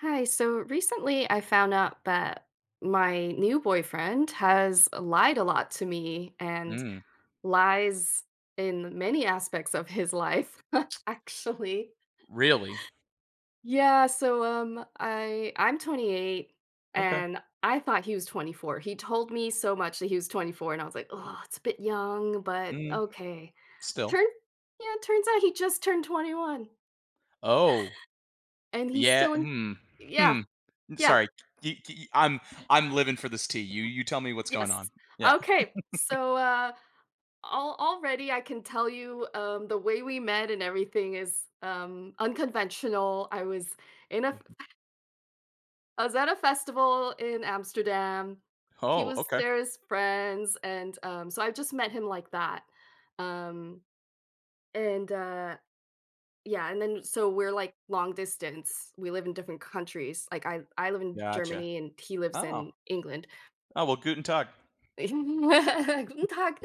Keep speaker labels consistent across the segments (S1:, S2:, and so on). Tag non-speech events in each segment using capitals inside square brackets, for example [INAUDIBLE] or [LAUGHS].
S1: Hi, so recently I found out that my new boyfriend has lied a lot to me and
S2: Mm.
S1: lies in many aspects of his life, [LAUGHS] actually.
S2: Really?
S1: Yeah, so I'm 28
S2: Okay.
S1: and I thought he was 24. He told me so much that he was 24 and I was like, "Oh, it's a bit young, but
S2: Mm,
S1: okay."
S2: still.
S1: Turn yeah, turns out he just turned 21
S2: Oh,
S1: and he's
S2: yeah.
S1: still in
S2: Hmm,
S1: yeah,
S2: hmm,
S1: yeah.
S2: sorry. Y y I'm living for this tea. You tell me what's going on.
S1: Yes.
S2: Yeah.
S1: Okay. So al already I can tell you the way we met and everything is unconventional. In a f- I was at a festival in Amsterdam. He
S2: Oh,
S1: was
S2: okay.
S1: there as friends and so I just met him like that. Um and Yeah, and then so we're like long distance. We live in different countries. Like I live in
S2: Gotcha.
S1: Germany and he lives
S2: Oh.
S1: in England.
S2: Oh, well, guten Tag.
S1: [LAUGHS] Guten Tag.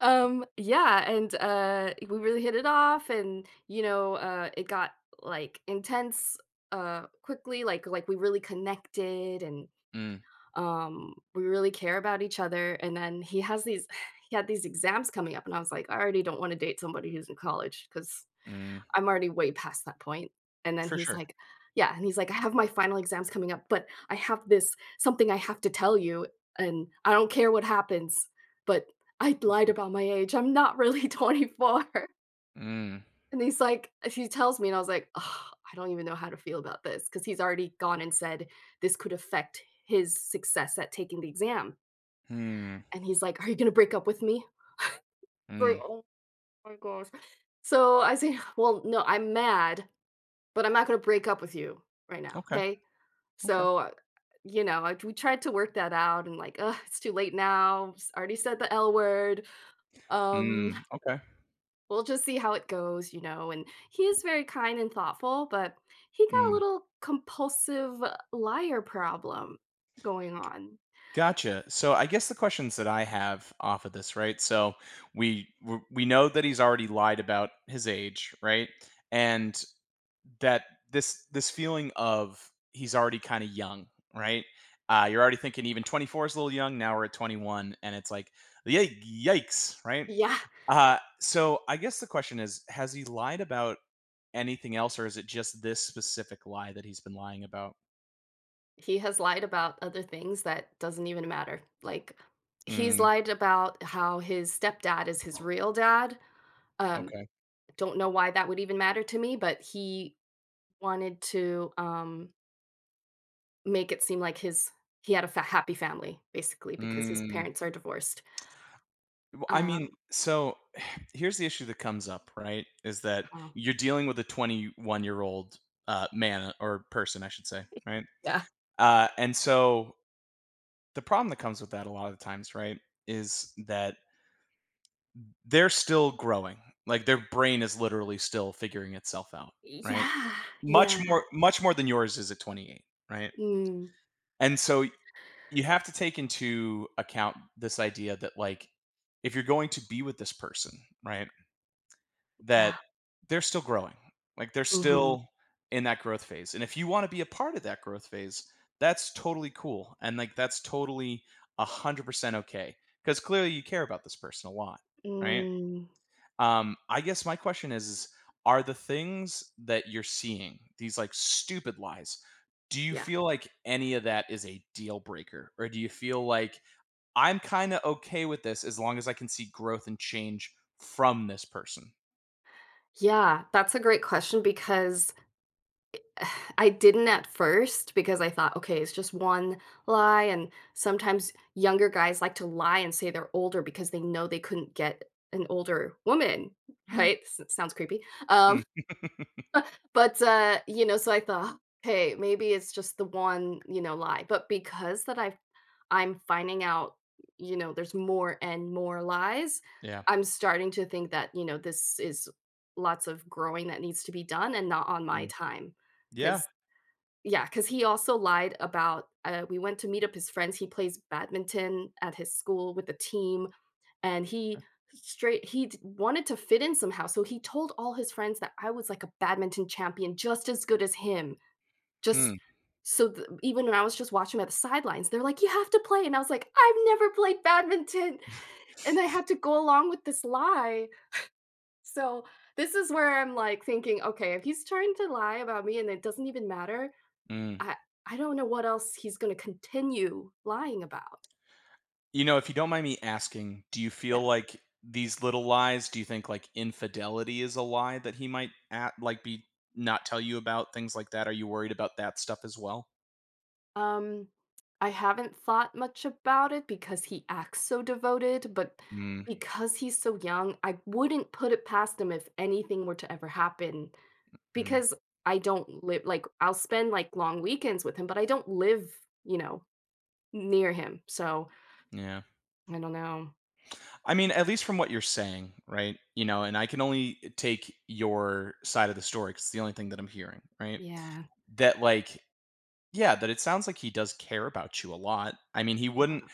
S1: Yeah, and we really hit it off and, you know, it got, like, intense, quickly, like, we really connected and,
S2: Mm,
S1: we really care about each other, and then he has these [SIGHS] he had these exams coming up, and I was like, "I already don't wanna date somebody who's in college because
S2: mm,
S1: I'm already way past that point." And then
S2: for sure.
S1: he's like, "I have my final exams coming up, but I have this something I have to tell you, and I don't care what happens, but I lied about my age. I'm not really [LAUGHS] 24."
S2: Mm,
S1: And he tells me and I was like, "Ugh, I don't even know how to feel about this," because he's already gone and said this could affect his success at taking the exam.
S2: hmm,
S1: And he's like, "Are you gonna break up with me?" I was
S2: mm,
S1: like, oh my gosh. So I say, "Well, no, I'm mad, but I'm not gonna break up with you right now,
S2: okay,
S1: okay?"
S2: okay.
S1: So, you know, we tried to work that out and like, ugh, it's too late now. Already said the L word. Um,
S2: Mm, okay.
S1: [LAUGHS] we'll just see how it goes, you know. And he is very kind and thoughtful, but he got a
S2: Mm,
S1: little compulsive liar problem going on.
S2: gotcha. So I guess the questions that I have off of this, right? So we know that he's already lied about his age, right? And that this feeling of he's already kinda young, right? You're already thinking even 24 is a little young, now we're at 21, and it's like, "Yike yikes," right?
S1: Yeah,
S2: So I guess the question is, has he lied about anything else, or is it just this specific lie that he's been lying about?
S1: he has lied about other things that doesn't even matter. Like he's
S2: Mm,
S1: lied about how his stepdad is his real dad. Um,
S2: okay.
S1: Don't know why that would even matter to me, but he wanted to, make it seem like his he had a fa happy family, basically, because his
S2: Mm.
S1: parents are divorced.
S2: Well, I mean,
S1: Um,
S2: so [SIGHS] here's the issue that comes up, right? Is that
S1: uh
S2: you're dealing with a 21-year-old, man or person, I should say, right?
S1: Yeah.
S2: And so the problem that comes with that a lot of the times, right, is that they're still growing. Like, their brain is literally still figuring itself out, right?
S1: Yeah,
S2: Much
S1: yeah.
S2: more, much more than yours is at 28, right?
S1: Mm,
S2: And so you have to take into account this idea that, like, if you're going to be with this person, right? That
S1: yeah.
S2: they're still growing. Like, they're, mhm,
S1: Mhm.
S2: still in that growth phase, and if you wanna be a part of that growth phase, that's totally cool, and, like, that's totally 100% okay, okay. Because clearly you care about this person a lot, right?
S1: Mm,
S2: I guess my question is, are the things that you're seeing, these, like, stupid lies, do you
S1: yeah.
S2: feel like any of that is a deal breaker? Or do you feel like, "I'm kinda okay with this as long as I can see growth and change from this person?"
S1: Yeah, that's a great question because [SIGHS] I didn't at first because I thought, okay, it's just one lie. And sometimes younger guys like to lie and say they're older because they know they couldn't get an older woman, [LAUGHS] right? Sounds creepy.
S2: Mm.
S1: Um,
S2: [LAUGHS]
S1: but, you know, so I thought, hey, maybe it's just the one, you know, lie. But because that I've, I'm finding out, you know, there's more and more lies,
S2: Yeah.
S1: I'm starting to think that, you know, this is lots of growing that needs to be done and not on my
S2: Mm.
S1: time.
S2: Yeah.
S1: Because yeah, because he also lied about, we went to meet up his friends, he plays badminton at his school with the team, and he straight he d wanted to fit in somehow, so he told all his friends that I was like a badminton champion just as good as him,
S2: Hmm,
S1: just so th even when I was just watching him at the sidelines, they're like, "You have to play," and I was like, "I've never played badminton," and I had to go along with this lie. So, this is where I'm, like, thinking, "Okay, if he's trying to lie about me and it doesn't even matter,
S2: mm.
S1: I I don't know what else he's gonna continue lying about."
S2: If you don't mind me asking,
S1: Yeah.
S2: do you think, like, infidelity is a lie that he might, at like, be not tell you about, things like that? Are you worried about that stuff as well?
S1: Um, I haven't thought much about it because he acts so devoted, but
S2: Mm,
S1: because he's so young, I wouldn't put it past him if anything were to ever happen
S2: mm,
S1: because I don't live like, I'll spend, like, long weekends with him, but I don't live, you know, near him, so
S2: yeah.
S1: I don't know.
S2: I mean, at least from what you're saying, right? You know, and I can only take your side of the story because it's the only thing that I'm hearing, right?
S1: Yeah.
S2: That, like, yeah, that it sounds like he does care about you a lot. I mean, he wouldn't.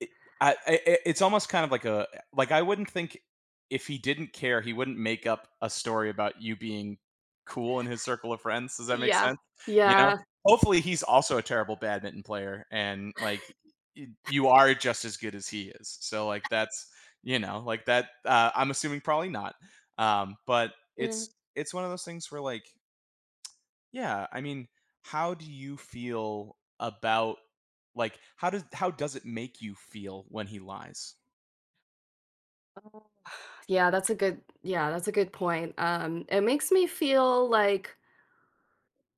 S2: It I I I it's almost kind of like a, I wouldn't think, if he didn't care, he wouldn't make up a story about you being cool in his circle of friends. Does that make
S1: Yeah.
S2: sense? You know?
S1: Yeah.
S2: Hopefully, he's also a terrible badminton player and, like, y you are just as good as he is. So, like, that's, like, that, I'm assuming probably not. But
S1: Yeah.
S2: it's it's one of those things where, like, yeah. I mean, how do you feel about like, how does it make you feel when he lies?
S1: Yeah, that's a good point. It makes me feel like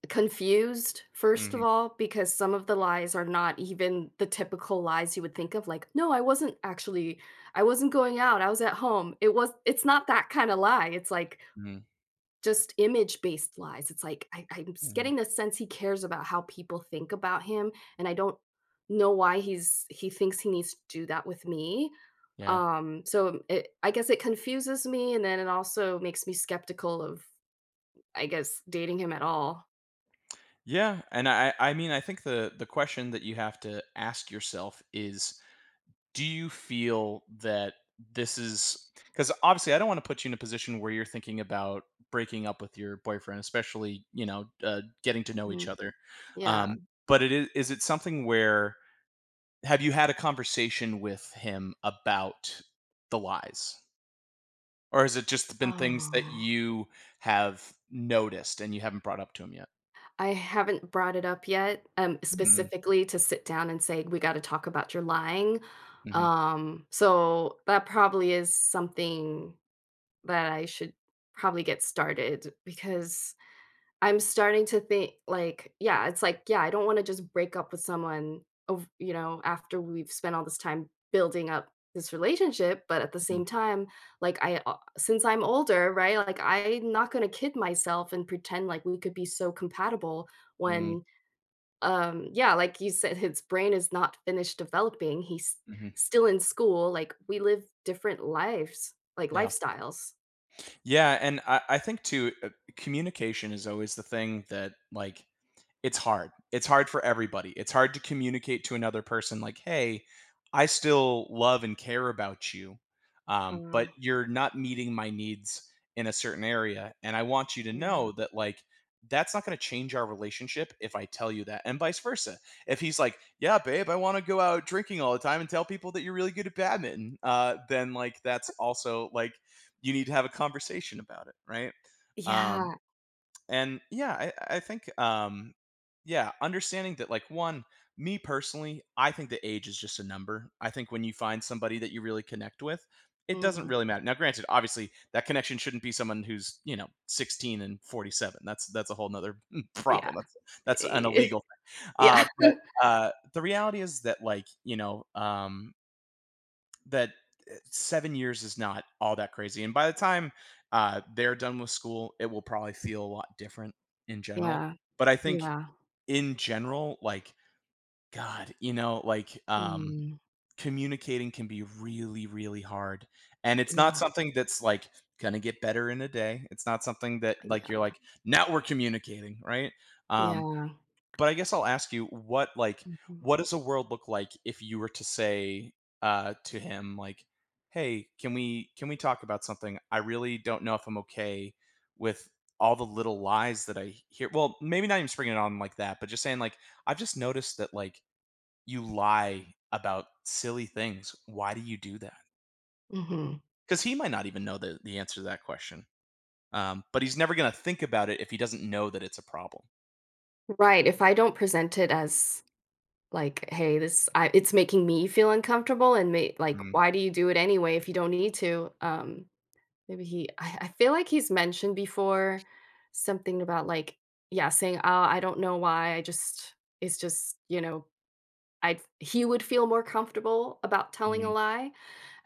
S1: confused, first of
S2: Mhm,
S1: all, because some of the lies are not even the typical lies you would think of, like, no, I wasn't going out, I was at home. It's not that kind of lie. It's like
S2: mhm,
S1: just image-based lies. It's like I I'm s
S2: mhm,
S1: getting the sense he cares about how people think about him, and I don't know why he thinks he needs to do that with me.
S2: yeah.
S1: So it I guess it confuses me, and then it also makes me skeptical of, I guess, dating him at all.
S2: Yeah, and I mean, I think the question that you have to ask yourself is, do you feel that this is, because obviously I don't want to put you in a position where you're thinking about breaking up with your boyfriend, especially, getting to know each
S1: Mm,
S2: other.
S1: yeah.
S2: Um, but it is it something where, have you had a conversation with him about the lies? Or has it just been things that
S1: Oh.
S2: you have noticed and you haven't brought up to him yet?
S1: I haven't brought it up yet,
S2: Mhm,
S1: specifically to sit down and say, "We gotta talk about your lying."
S2: mhm,
S1: So that probably is something that I should probably get started because I'm starting to think like, yeah, it's like, yeah, I don't wanna just break up with someone of you know, after we've spent all this time building up this relationship, but at the
S2: mm,
S1: same time, like I since I'm older, right? Like I'm not gonna kid myself and pretend like we could be so compatible
S2: mm,
S1: when, yeah, like you said, his brain is not finished developing. He's
S2: mhm,
S1: still in school. Like we live different lives, like
S2: yeah.
S1: lifestyles.
S2: Yeah, and I think too, communication is always the thing that, like, it's hard. It's hard for everybody. It's hard to communicate to another person like, "Hey, I still love and care about you, but
S1: I
S2: you're not meeting my needs in a certain area, and I want you to
S1: Yeah.
S2: know that, like, that's not going to change our relationship if I tell you that." And vice versa. If he's like, "Yeah, babe, I want to go out drinking all the time and tell people that you're really good at badminton," then, like, that's also like, you need to have a conversation about it, right? Um
S1: Yeah.
S2: and yeah, I think, yeah, understanding that, like, one, me personally, I think that age is just a number. I think when you find somebody that you really connect with, it doesn't
S1: Mm.
S2: really matter. Now, granted, obviously that connection shouldn't be someone who's, 16 and 47. That's a whole nother [LAUGHS] problem.
S1: Yeah. [LAUGHS]
S2: That's an illegal thing.
S1: yeah.
S2: But the reality is that, like, that, 7 years is not all that crazy, and by the time, they're done with school, it will probably feel a lot different in general,
S1: Yeah.
S2: but I think
S1: Yeah.
S2: in general, like, God, like,
S1: Mm.
S2: communicating can be really, really hard, and it's not
S1: Yeah.
S2: something that's, like, gonna get better in a day. It's not something that,
S1: Yeah.
S2: like, you're like, "Now we're communicating," right? Um,
S1: Yeah.
S2: but I guess I'll ask you,
S1: Mhm.
S2: what does the world look like if you were to say, to him, like, "Hey, can we talk about something? I really don't know if I'm okay with all the little lies that I hear." Well, maybe not even springing it on like that, but just saying like, "I've just noticed that, like, you lie about silly things. Why do you do that?"
S1: Mhm.
S2: Because he might not even know the answer to that question. But he's never gonna think about it if he doesn't know that it's a problem.
S1: Right, if I don't present it as like, "Hey, this I it's making me feel uncomfortable and may like,
S2: Mm,
S1: why do you do it anyway if you don't need to?" Maybe he I feel like he's mentioned before something about, like yeah, saying, "Oh, I don't know why, I just it's just, you know, I he would feel more comfortable about telling a
S2: mhm,
S1: lie."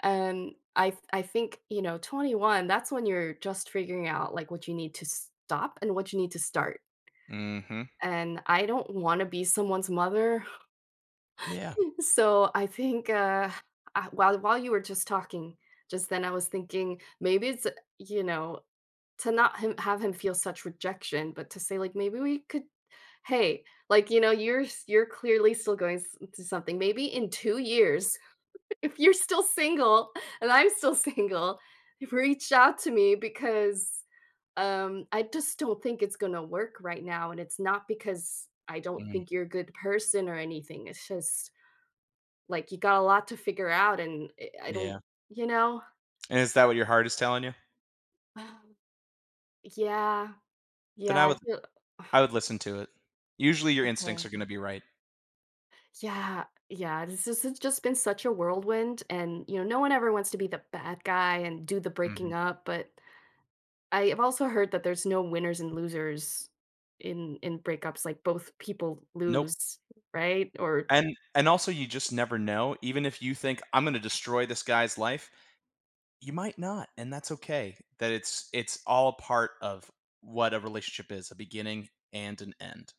S1: And I think, you know, 21, that's when you're just figuring out like what you need to stop and what you need to start.
S2: mhm.
S1: And I don't want to be someone's mother. [LAUGHS]
S2: Yeah.
S1: So I think while you were just talking just then I was thinking maybe it's you know to not him, have him feel such rejection but to say like maybe we could hey like you know you're clearly still going to something maybe in 2 years if you're still single and I'm still [LAUGHS] single, reach out to me because I just don't think it's going to work right now. And it's not because I don't think you're a good person or anything. It's just like you got a lot to figure out. And I don't,
S2: Yeah.
S1: you know?
S2: And is that what your heart is telling you?
S1: [SIGHS] Yeah.
S2: Then
S1: Yeah. I feel
S2: I would listen to it. Usually
S1: [SIGHS]
S2: your instincts
S1: okay.
S2: are gonna be right.
S1: Yeah. Yeah. This is It's just been such a whirlwind. And, you know, no one ever wants to be the bad guy and do the breaking
S2: Mhm.
S1: up. But I have also heard that there's no winners and losers in breakups, like both people
S2: Nope.
S1: lose, right? Or
S2: And also, you just never know, even if you think, "I'm gonna destroy this guy's life," you might not, and that's okay. That it's all part of what a relationship is, a beginning and an end.